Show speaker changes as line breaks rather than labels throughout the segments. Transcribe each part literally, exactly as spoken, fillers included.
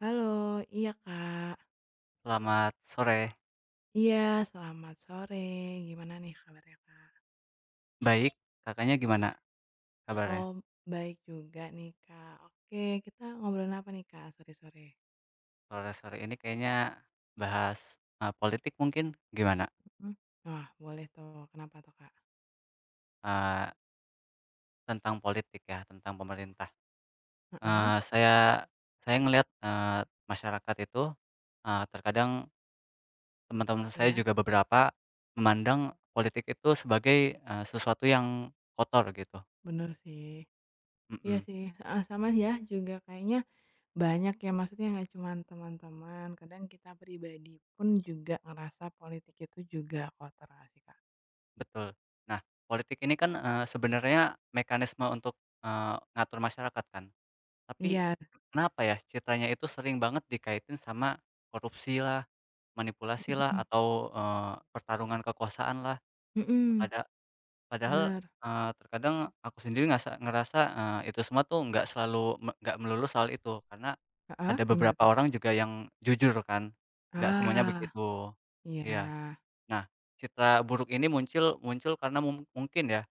Halo, iya Kak.
Selamat sore.
Iya, selamat sore. Gimana nih kabarnya Kak?
Baik, Kakaknya gimana kabarnya?
Oh, baik juga nih Kak. Oke, kita ngobrolin apa nih Kak sore-sore?
Sore-sore ini kayaknya bahas, eee, politik mungkin gimana?
Mhm. Wah, boleh tuh. Kenapa tuh Kak?
Eee, Tentang politik ya, tentang pemerintah.
Heeh,
Eee, saya saya ngelihat, eee, masyarakat itu, eee, terkadang teman-teman saya
iya,
juga beberapa memandang politik itu sebagai, eee, sesuatu yang kotor gitu.
bener sih. Iya
Mhm,
sih. Ah, sama ya juga kayaknya banyak ya, maksudnya nggak cuma teman-teman, kadang kita pribadi pun juga ngerasa politik itu juga kotor nggak sih Kak?
betul. Nah, politik ini kan, eee, sebenarnya mekanisme untuk, eee, ngatur masyarakat kan? Tapi,
Iya,
kenapa ya ceritanya itu sering banget dikaitin sama korupsi lah, manipulasi
mhm
lah,
mhm.
atau, eee, pertarungan kekuasaan lah.
Mhm,
Pada padahal,
bener.
eee, terkadang aku sendiri ngasa ngerasa, eee, itu semua tuh nggak selalu me nggak melulu soal itu, karena
Heeh,
ada
gimana
beberapa
tuh?
orang juga yang jujur kan, nggak semuanya
Ah.
begitu. Iya.
Iya.
Nah, citra buruk ini muncul muncul karena mung mungkin ya,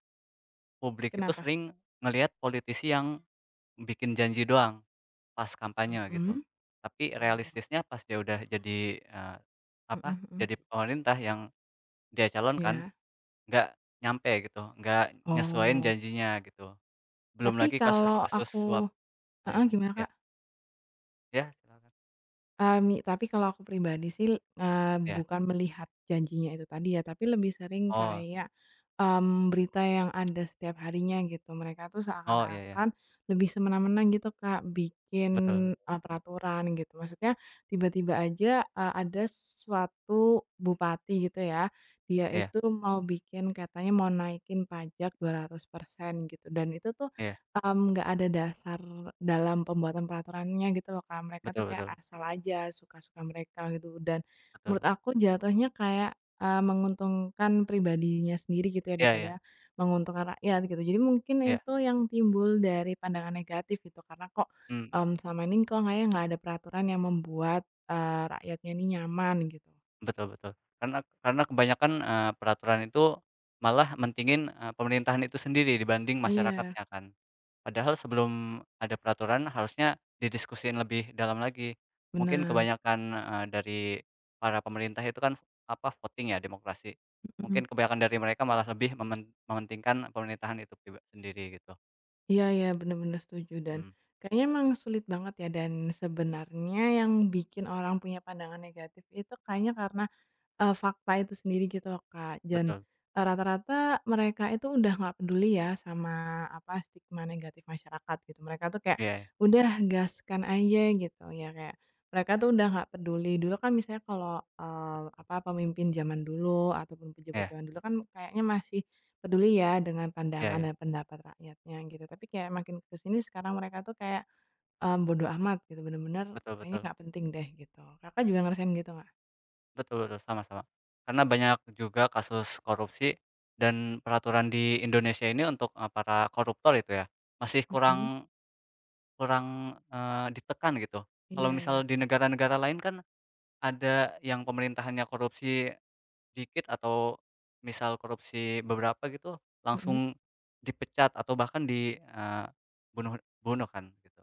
publik itu
Kenapa?
sering ngelihat politisi yang bikin janji doang. Pas kampanye gitu.
Mhm.
Tapi
Oh.
realistisnya pas dia udah jadi, eee,
Mhm
apa,
mhm.
jadi pemerintah yang dia calonkan,
Iya.
nggak nyampe gitu, nggak nyesuaiin
Oh,
janjinya gitu. Belum
tapi
lagi
kalau
kasus-kasus
aku
suap
heeh,
lainnya.
gimana,
Ya,
Kak?
ya, silakan.
Eee, mi Tapi kalau aku pribadi sih, eee,
Ya.
bukan Mhm. melihat janjinya itu tadi ya, tapi lebih sering
Oh,
kayak, mmm, berita yang ada setiap harinya gitu. Mereka tuh
oh, ya, ya,
seakan-akan lebih semena-mena gitu, Kak, bikin,
betul, betul.
eee, peraturan gitu. Maksudnya tiba-tiba aja, eee, ada suatu bupati gitu ya, dia
Iya,
itu mau bikin katanya mau naikin pajak dua ratus persen gitu, dan itu tuh
iya.
Mmm, nggak ada dasar dalam pembuatan peraturannya gitu loh, Kak. Mereka tuh
Betul,
kayak
betul,
asal aja, suka-suka mereka gitu. Dan menurut
betul.
aku jatuhnya kayak, eee, menguntungkan pribadinya sendiri gitu ya,
Iya,
daripada
iya,
menguntungkan rakyat gitu. Jadi mungkin
iya.
itu yang timbul dari pandangan negatif gitu, karena kok,
Mmm.
mmm, selama ini kok kayaknya nggak ada peraturan yang membuat, eee, rakyatnya ini nyaman gitu.
Betul, betul. Karena karena kebanyakan, eee, peraturan itu malah mentingin, eee, pemerintahan itu sendiri dibanding
Iya,
masyarakatnya kan. Padahal sebelum ada peraturan harusnya didiskusiin lebih dalam lagi. Mungkin
bener,
kebanyakan, eee, dari para pemerintah itu kan apa, voting ya, demokrasi.
mhm.
Mungkin kebanyakan dari mereka malah lebih memen mementingkan pemerintahan itu priba sendiri gitu.
Iya ya, bener bener setuju dan
Mhm,
kayaknya emang sulit banget ya dan sebenarnya yang bikin orang punya pandangan negatif itu kayaknya karena Eee, fakta itu sendiri gitu loh, Kak. Dan,
betul.
eee, rata-rata mereka itu udah nggak peduli ya sama apa, stigma negatif masyarakat gitu. Mereka tuh kayak,
Iya, iya.
udah gaskan aja gitu ya, kayak mereka tuh udah nggak peduli. Dulu kan misalnya kalau, eee, apa, pemimpin zaman dulu ataupun pejabat
Iya,
zaman dulu kan kayaknya masih peduli ya dengan
iya,
pandangan
iya.
dan pendapat rakyatnya gitu. Tapi kayak makin ke sini sekarang mereka tuh kayak, eee, bodo amat gitu, bener-bener
Betul,
kayaknya
betul.
nggak penting deh gitu. Kakak juga ngerasain gitu nggak?
Betul, betul, sama-sama. Karena banyak juga kasus korupsi dan peraturan di Indonesia ini untuk, eee, para koruptor itu ya, masih
Mhm,
kurang kurang, eee, ditekan gitu. Kalau
iya ya.
misal di negara-negara lain kan ada yang pemerintahannya korupsi dikit atau misal korupsi beberapa gitu,
Mhm,
langsung dipecat atau bahkan dibunuh bunuh kan gitu.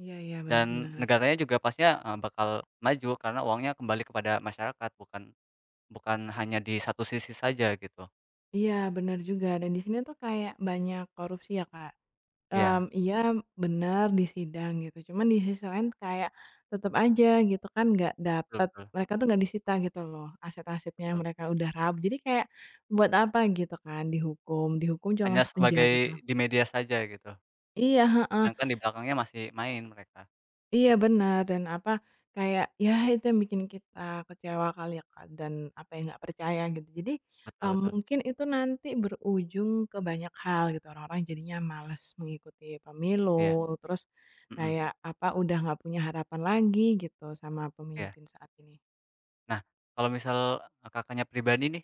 iya iya,
Dan
benar-benar.
negaranya juga pastinya, eee, bakal maju karena uangnya kembali kepada masyarakat, bukan Bukan hanya di satu sisi saja gitu.
Iya, benar juga dan di sini tuh kayak banyak korupsi ya, Kak. Mmm,
Iya,
iya benar di sidang gitu, cuman di sisi lain kayak tetep aja gitu kan nggak
betul,
dapet
betul,
mereka tuh nggak disita gitu loh aset-asetnya yang
betul.
mereka udah rab jadi kayak buat apa gitu kan dihukum, dihukum cuma
Hanya
masuk penjara doang.
sebagai di media saja gitu,
Iya, heeh.
sedangkan di belakangnya masih main mereka.
Iya benar dan apa, kayak ya itu yang bikin kita kecewa kali ya Kak, dan apa yang nggak percaya gitu. Jadi,
Betul,
eee,
betul.
mungkin itu nanti berujung ke banyak hal gitu, orang-orang jadinya males mengikuti
Iya,
pemilu, terus
mhm,
kayak apa, udah nggak punya harapan lagi gitu sama
iya.
pemimpin saat ini.
Nah, kalau misal, e, Kakaknya pribadi nih,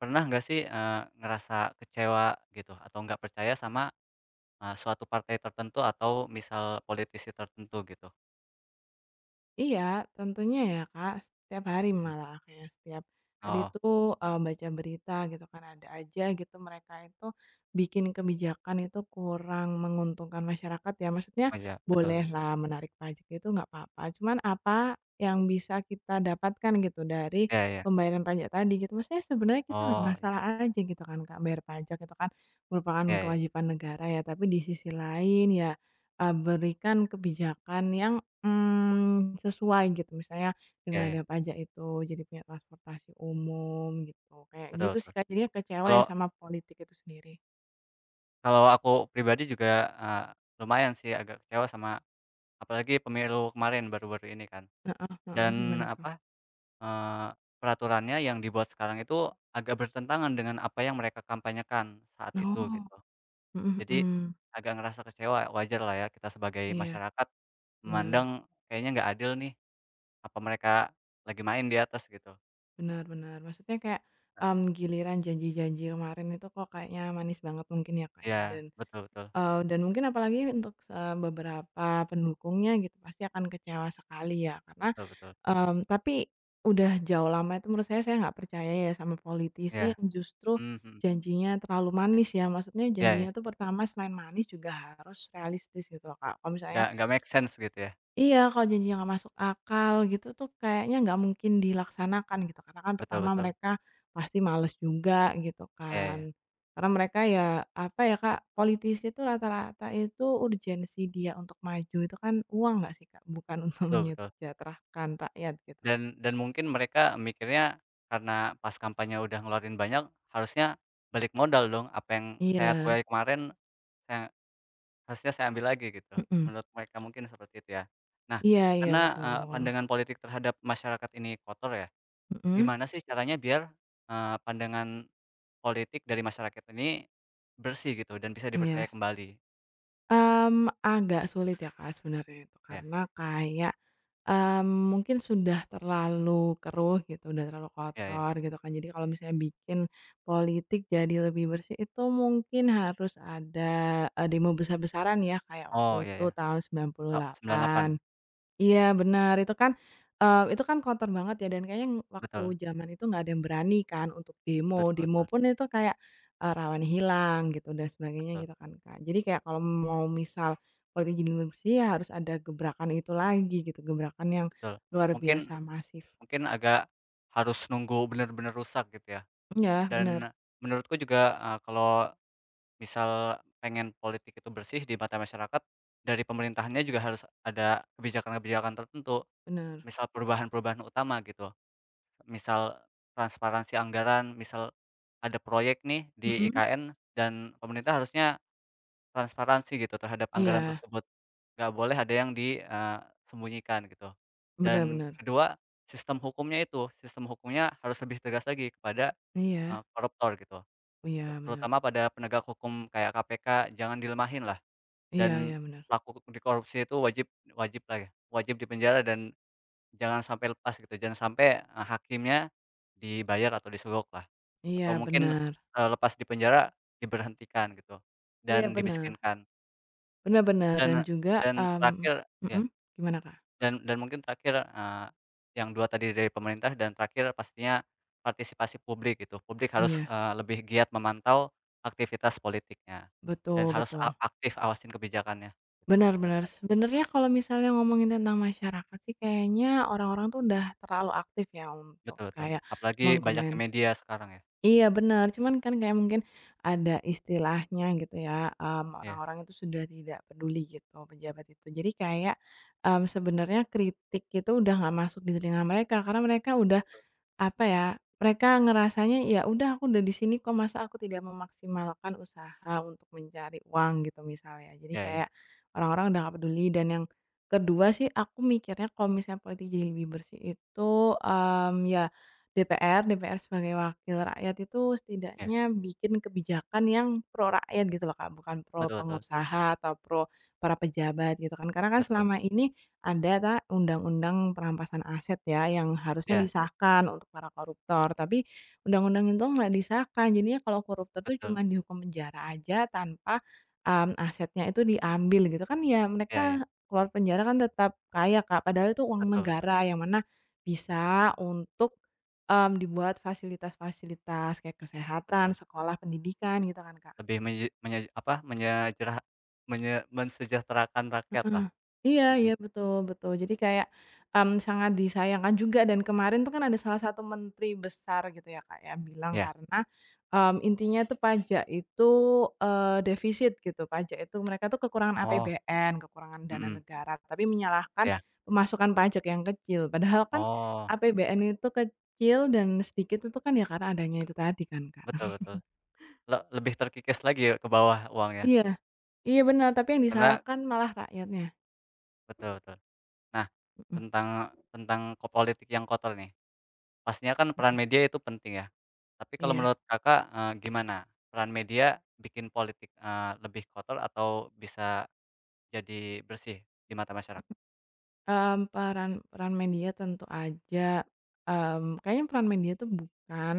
pernah nggak sih, eee, ngerasa kecewa gitu atau nggak percaya sama, eee, suatu partai tertentu atau misal politisi tertentu gitu?
Iya, tentunya ya Kak, setiap hari
Mhm.
malah kayak setiap tadi
Oh,
itu, eee, baca berita gitu kan ada aja gitu mereka itu bikin kebijakan itu kurang menguntungkan masyarakat ya, maksudnya
oh, iya, betul.
bolehlah menarik pajak itu nggak apa-apa, cuman apa yang bisa kita dapatkan gitu dari
Iya, iya.
pembayaran pajak tadi gitu, maksudnya sebenarnya kita nggak
Oh, iya.
masalah aja gitu kan Kak, bayar pajak itu kan merupakan
Iya, iya.
kewajiban negara ya, tapi di sisi lain ya, eee, berikan kebijakan yang Mmm, sesuai gitu, misalnya
Iya,
dengan
iya.
ada pajak itu jadi punya transportasi umum gitu, kayak
Betul,
gitu sih,
betul.
Kak, jadinya kecewa ya
Kalau
sama politik itu sendiri.
Kalau aku pribadi juga, eee, lumayan sih agak kecewa sama, apalagi pemilu kemarin baru-baru ini kan,
Heeh heeh,
dan
gimana tuh?
apa, eee, peraturannya yang dibuat sekarang itu agak bertentangan dengan apa yang mereka kampanyekan saat itu
Oh,
gitu.
mhm
Jadi
mhm.
agak ngerasa kecewa, wajar lah ya, kita sebagai
Iya,
masyarakat
benar
memandang kayaknya nggak adil nih, apa mereka lagi main di atas gitu.
benar benar. Maksudnya kayak,
Nah,
mmm, giliran janji-janji kemarin itu kok kayaknya manis banget mungkin ya, Kak, ya
iya.
dan
Betul, betul.
Eee, dan mungkin apalagi untuk, eee, beberapa pendukungnya gitu pasti akan kecewa sekali ya karena,
Betul, betul.
mmm, tapi udah jauh lama itu menurut saya, saya nggak percaya ya sama politisi
Iya.
yang justru
Mhm, mhm.
janjinya terlalu manis ya. Maksudnya
Iya, iya.
janjinya tuh pertama selain manis juga harus realistis gitu loh Kak, kalau misalnya
Nggak nggak make sense gitu ya.
Iya, kalau janji yang nggak masuk akal gitu tuh kayaknya nggak mungkin dilaksanakan gitu, karena kan
Betul,
pertama
betul.
mereka pasti males juga gitu
Iya,
kan.
iya.
Karena mereka ya, apa ya Kak, politisi itu rata-rata itu urgensi dia untuk maju itu kan uang nggak sih Kak? Bukan untuk
Betul, betul.
menyejahterakan rakyat gitu.
Dan dan mungkin mereka mikirnya karena pas kampanye udah ngeluarin banyak, harusnya balik modal dong, apa yang saya
Iya,
tuai kemarin, saya harusnya saya ambil lagi gitu,
mhm.
menurut mereka mungkin seperti itu ya. Nah,
Iya iya
karena, eee,
betul.
pandangan politik terhadap masyarakat ini kotor ya,
Mhm,
gimana sih caranya biar, eee, pandangan politik dari masyarakat ini bersih gitu dan bisa dipercaya
iya.
kembali?
Mmm, agak sulit ya Kak sebenarnya itu,
Ya,
karena kayak Mmm, mungkin sudah terlalu keruh gitu, udah terlalu
ya, ya.
kotor gitu kan. Jadi kalau misalnya bikin politik jadi lebih bersih itu mungkin harus ada, eee, demo besar-besaran ya kayak waktu
Oh, ya,
itu
ya.
tahun sembilan puluh
Oh, sembilan puluh delapan.
delapan. Iya benar itu kan, eee, itu kan kotor banget ya dan kayaknya waktu
Betul,
zaman itu nggak ada yang berani kan untuk demo,
betul,
demo
betul,
pun itu kayak, eee, rawan hilang gitu dan sebagainya
betul,
gitu kan, Kak. Jadi kayak kalau mau misal politik jadi lebih bersih ya harus ada gebrakan itu lagi gitu, gebrakan yang
betul.
luar
Mungkin
biasa masif.
Mungkin agak harus nunggu bener-bener rusak gitu ya.
Iya
Dan
benar
menurutku juga, eee, kalau misal pengen politik itu bersih di mata masyarakat, dari pemerintahannya juga harus ada kebijakan-kebijakan tertentu,
benar.
misal perubahan-perubahan utama gitu. Misal transparansi anggaran, misal ada proyek nih di
Mhm.
I K N dan pemerintah harusnya transparansi gitu terhadap anggaran
Iya,
tersebut, nggak boleh ada yang disembunyikan gitu.
benar
Dan
benar.
kedua, sistem hukumnya itu, sistem hukumnya harus lebih tegas lagi kepada,
Iya
eee, koruptor gitu, ter
iya benar.
terutama pada penegak hukum kayak K P K, jangan dilemahin lah,
Iya
dan
iya benar.
pelaku di korupsi itu wajib, wajib lah ya, wajib dipenjara dan jangan sampai lepas gitu, jangan sampai, eee, hakimnya dibayar atau disogok lah,
Iya
atau mungkin,
benar.
eee, lepas di penjara diberhentikan gitu,
Iya
dan
benar
dimiskinkan.
benar-benar dan
Dan,
juga,
dan terakhir
mmm
ya,
mhm, gimana, Kak?
dan dan mungkin terakhir, eee, yang dua tadi dari pemerintah dan terakhir pastinya partisipasi publik gitu. Publik harus,
Iya,
eee, lebih giat memantau aktivitas politiknya dan
betul
harus a
betul.
aktif awasin kebijakannya gitu,
Benar
menurut
benar.
saya.
Sebenarnya kalau misalnya ngomongin tentang masyarakat sih kayaknya orang-orang tuh udah terlalu aktif ya untuk
Betul, betul.
kayak
Apalagi banyaknya
mengkomen
media sekarang ya.
iya benar, cuman kan kayak mungkin ada istilahnya gitu ya, mmm,
Iya,
orang-orang itu sudah tidak peduli gitu, pejabat itu. Jadi kayak, mmm, sebenarnya kritik itu udah nggak masuk di telinga mereka, karena mereka udah apa ya, mereka ngerasanya, "Ya udah aku udah di sini kok, masa aku tidak memaksimalkan usaha untuk mencari uang?" Gitu misalnya. Jadi
iya, iya,
kayak orang-orang udah nggak peduli dan yang kedua sih aku mikirnya kalau misalnya politik jadi lebih bersih itu, mmm, ya D P R D P R sebagai wakil rakyat itu
iya.
setidaknya bikin kebijakan yang pro rakyat gitu loh, Kak, bukan pro
Betul, betul,
pengusaha atau pro para pejabat gitu kan. Karena kan
betul.
selama ini ada ta undang-undang perampasan aset ya, yang harusnya
Iya,
disahkan untuk para koruptor, tapi undang-undang itu nggak disahkan. Jadinya kalau koruptor tuh cuma
betul.
dihukum penjara aja tanpa, mmm, asetnya itu diambil gitu kan, ya mereka
Iya, iya.
keluar penjara kan tetap kaya, Kak, padahal itu uang
Betul, betul,
negara yang mana
betul,
bisa untuk, mmm, dibuat fasilitas-fasilitas kayak kesehatan,
betul.
sekolah, pendidikan gitu kan, Kak.
Lebih menye menye apa, menyejerah menye mensejahterakan
Heeh.
rakyatlah.
Iya iya,
Mhm.
betul betul. Jadi kayak, mmm, sangat disayangkan juga dan kemarin tuh kan ada salah satu menteri besar gitu ya, Kak, ya, bilang
Iya.
karena, mmm, intinya tuh pajak itu, eee, defisit gitu, pajak itu mereka tuh kekurangan
Oh,
A P B N, kekurangan dana
mhm,
negara, tapi menyalahkan
iya.
pemasukan pajak yang kecil. Padahal kan
Oh,
A P B N itu kecil dan sedikit itu kan ya karena adanya itu tadi kan, Kak.
betul, betul. Le lebih terkikis lagi ya ke bawah uangnya,
Iya. Iya benar. Tapi yang
karena
disalahkan malah rakyatnya.
betul, betul. Nah,
Mhm
tentang tentang ko politik yang kotor nih, pastinya kan peran
mhm.
media itu penting ya. Tapi kalau
Iya.
menurut Kakak, eee, gimana peran media bikin politik, eee, lebih kotor atau bisa jadi bersih di mata masyarakat?
Mmm, peran peran media tentu aja, mmm, kayaknya peran media tuh bukan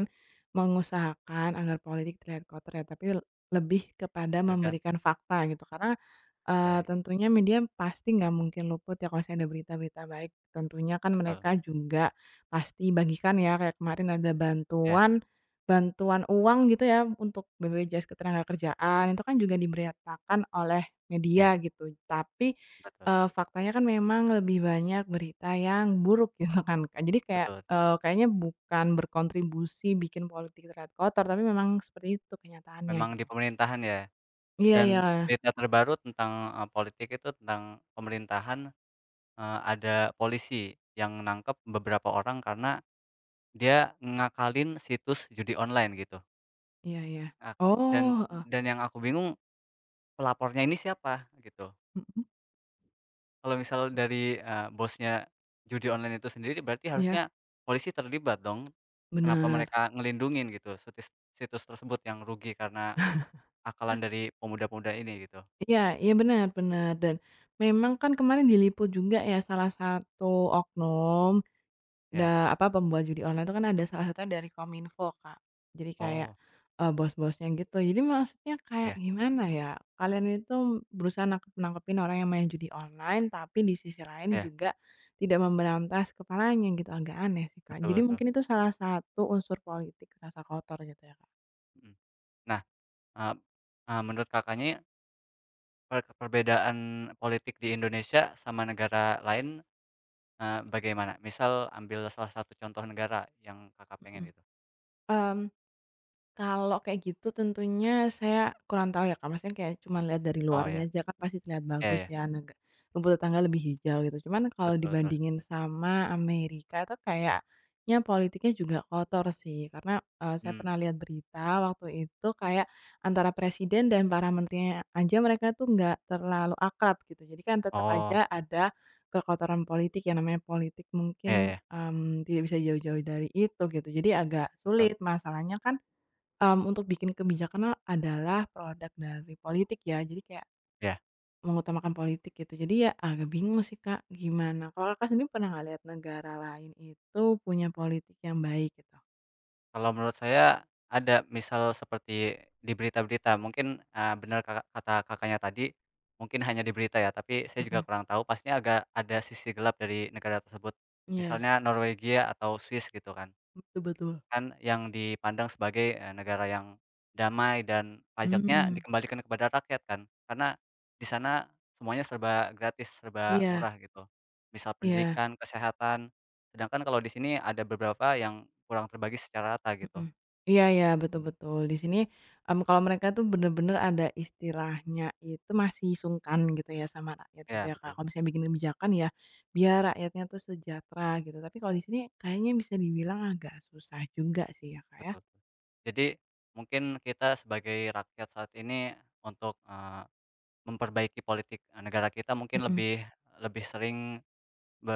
mengusahakan agar politik terlihat kotor ya, tapi lebih kepada
Tergantung,
memberikan fakta gitu. Karena Eee,
oke,
tentunya media pasti nggak mungkin luput ya kalau misalnya ada berita-berita baik, tentunya kan
betul.
mereka juga pasti bagikan ya kayak kemarin ada
Iya,
bantuan bantuan uang gitu ya untuk B P J S Ketenagakerjaan itu kan juga diberitakan oleh
iya,
media gitu. Tapi,
betul,
eee, faktanya kan memang lebih banyak berita yang buruk gitu kan Kak. Jadi kayak,
betul, betul.
eee, kayaknya bukan berkontribusi bikin politik terlihat kotor, tapi memang seperti itu kenyataannya
Memang di
gitu.
pemerintahan ya,
Iya iya
dan berita terbaru tentang, eee, politik itu tentang pemerintahan. Eee, ada polisi yang nangkep beberapa orang karena dia ngakalin situs judi online gitu.
iya iya.
Ak dan
Oh,
dan yang aku bingung pelapornya ini siapa gitu.
mhm,
Kalau misal dari, eee, bosnya judi online itu sendiri berarti harusnya
iya,
polisi terlibat dong. Kenapa
bener.
mereka ngelindungin gitu situs situs tersebut yang rugi karena akalan dari pemuda-pemuda ini gitu.
Iya iya, benar, bener, dan memang kan kemarin diliput juga ya salah satu oknum
Ya.
da apa, pembuat judi online itu kan ada salah satunya dari Kominfo, Kak. Jadi kayak,
Oh,
eee, bos-bosnya gitu. Jadi maksudnya kayak
ya,
gimana ya, kalian itu berusaha nangkep-nangkepin orang yang main judi online, tapi di sisi lain
ya,
juga tidak memberantas kepalanya gitu, agak aneh sih, Kak.
betul,
Jadi
betul.
mungkin itu salah satu unsur politik rasa kotor gitu ya, Kak.
Mhm. Nah, eee eee, menurut Kakaknya, Per perbedaan politik di Indonesia sama negara lain, eee, bagaimana? Misal ambil salah satu contoh negara yang Kakak pengen
Mhm.
gitu.
Mmm Kalau kayak gitu tentunya saya kurang tahu ya Kak, maksudnya kayak cuman lihat dari
Oh, ya,
luarnya aja kan pasti terlihat
iya, iya,
bagus ya, nega rumput tetangga lebih hijau gitu. Cuman kalau
betul, betul,
dibandingin sama Amerika itu kayaknya politiknya juga kotor sih, karena, eee, saya
mmm,
pernah lihat berita waktu itu kayak antara presiden dan para menterinya aja mereka tuh nggak terlalu akrab gitu. Jadi kan tetap
oh,
aja ada kekotoran politik, yang namanya politik
iya,
mungkin,
iya,
mmm, tidak bisa jauh-jauh dari itu gitu. Jadi agak
betul,
sulit, masalahnya kan Mmm, untuk bikin kebijakan a- adalah produk dari politik ya, jadi kayak
iya.
mengutamakan politik gitu. Jadi ya agak bingung sih Kak, gimana. Kalau Kakak sendiri pernah nggak lihat negara lain itu punya politik yang baik gitu?
Kalau menurut saya ada, misal seperti di berita-berita mungkin, eee, bener Kakak kata Kakaknya tadi, mungkin hanya di berita ya, tapi saya juga
Mhm.
kurang tahu, pastinya agak ada sisi gelap dari negara tersebut.
Iya,
Misalnya Norwegia atau Swiss gitu kan.
betul betul.
Kan yang dipandang sebagai, eee, negara yang damai dan pajaknya
Mmm,
dikembalikan kepada rakyat kan. Karena di sana semuanya serba gratis, serba
iya
murah gitu. Misal
iya.
pendidikan, kesehatan, sedangkan kalau di sini ada beberapa yang kurang terbagi secara rata gitu.
Mhm. Iya iya, betul
Mmm.
betul. Di sini, mmm, kalau mereka tuh bener-bener ada istilahnya itu masih sungkan gitu ya sama rakyat gitu
Ya,
ya, Kak.
betul,
Kalau misalnya bikin kebijakan ya biar rakyatnya tuh sejahtera gitu, tapi kalau di sini kayaknya bisa dibilang agak susah juga sih ya, Kak, ya?
betul. Jadi mungkin kita sebagai rakyat saat ini untuk, eee, memperbaiki politik, eee, negara kita mungkin
Mhm.
lebih lebih sering be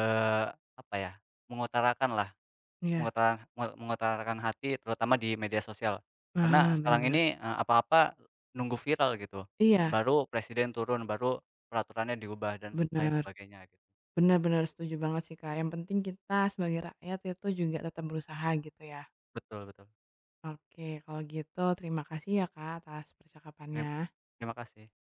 apa ya, mengutarakan lah.
Iya.
Mengutara me mengutarakan hati terutama di media sosial. Karena
Nah,
sekarang
benar-benar.
ini, eee, apa-apa nunggu viral gitu,
Iya,
baru presiden turun, baru peraturannya diubah dan lain
benar,
sebagainya gitu.
benar-benar setuju banget sih, Kak. Yang penting kita sebagai rakyat itu juga tetap berusaha gitu ya.
Betul, betul.
Oke, kalau gitu terima kasih ya, Kak, atas
Terim
percakapannya.
Terima kasih.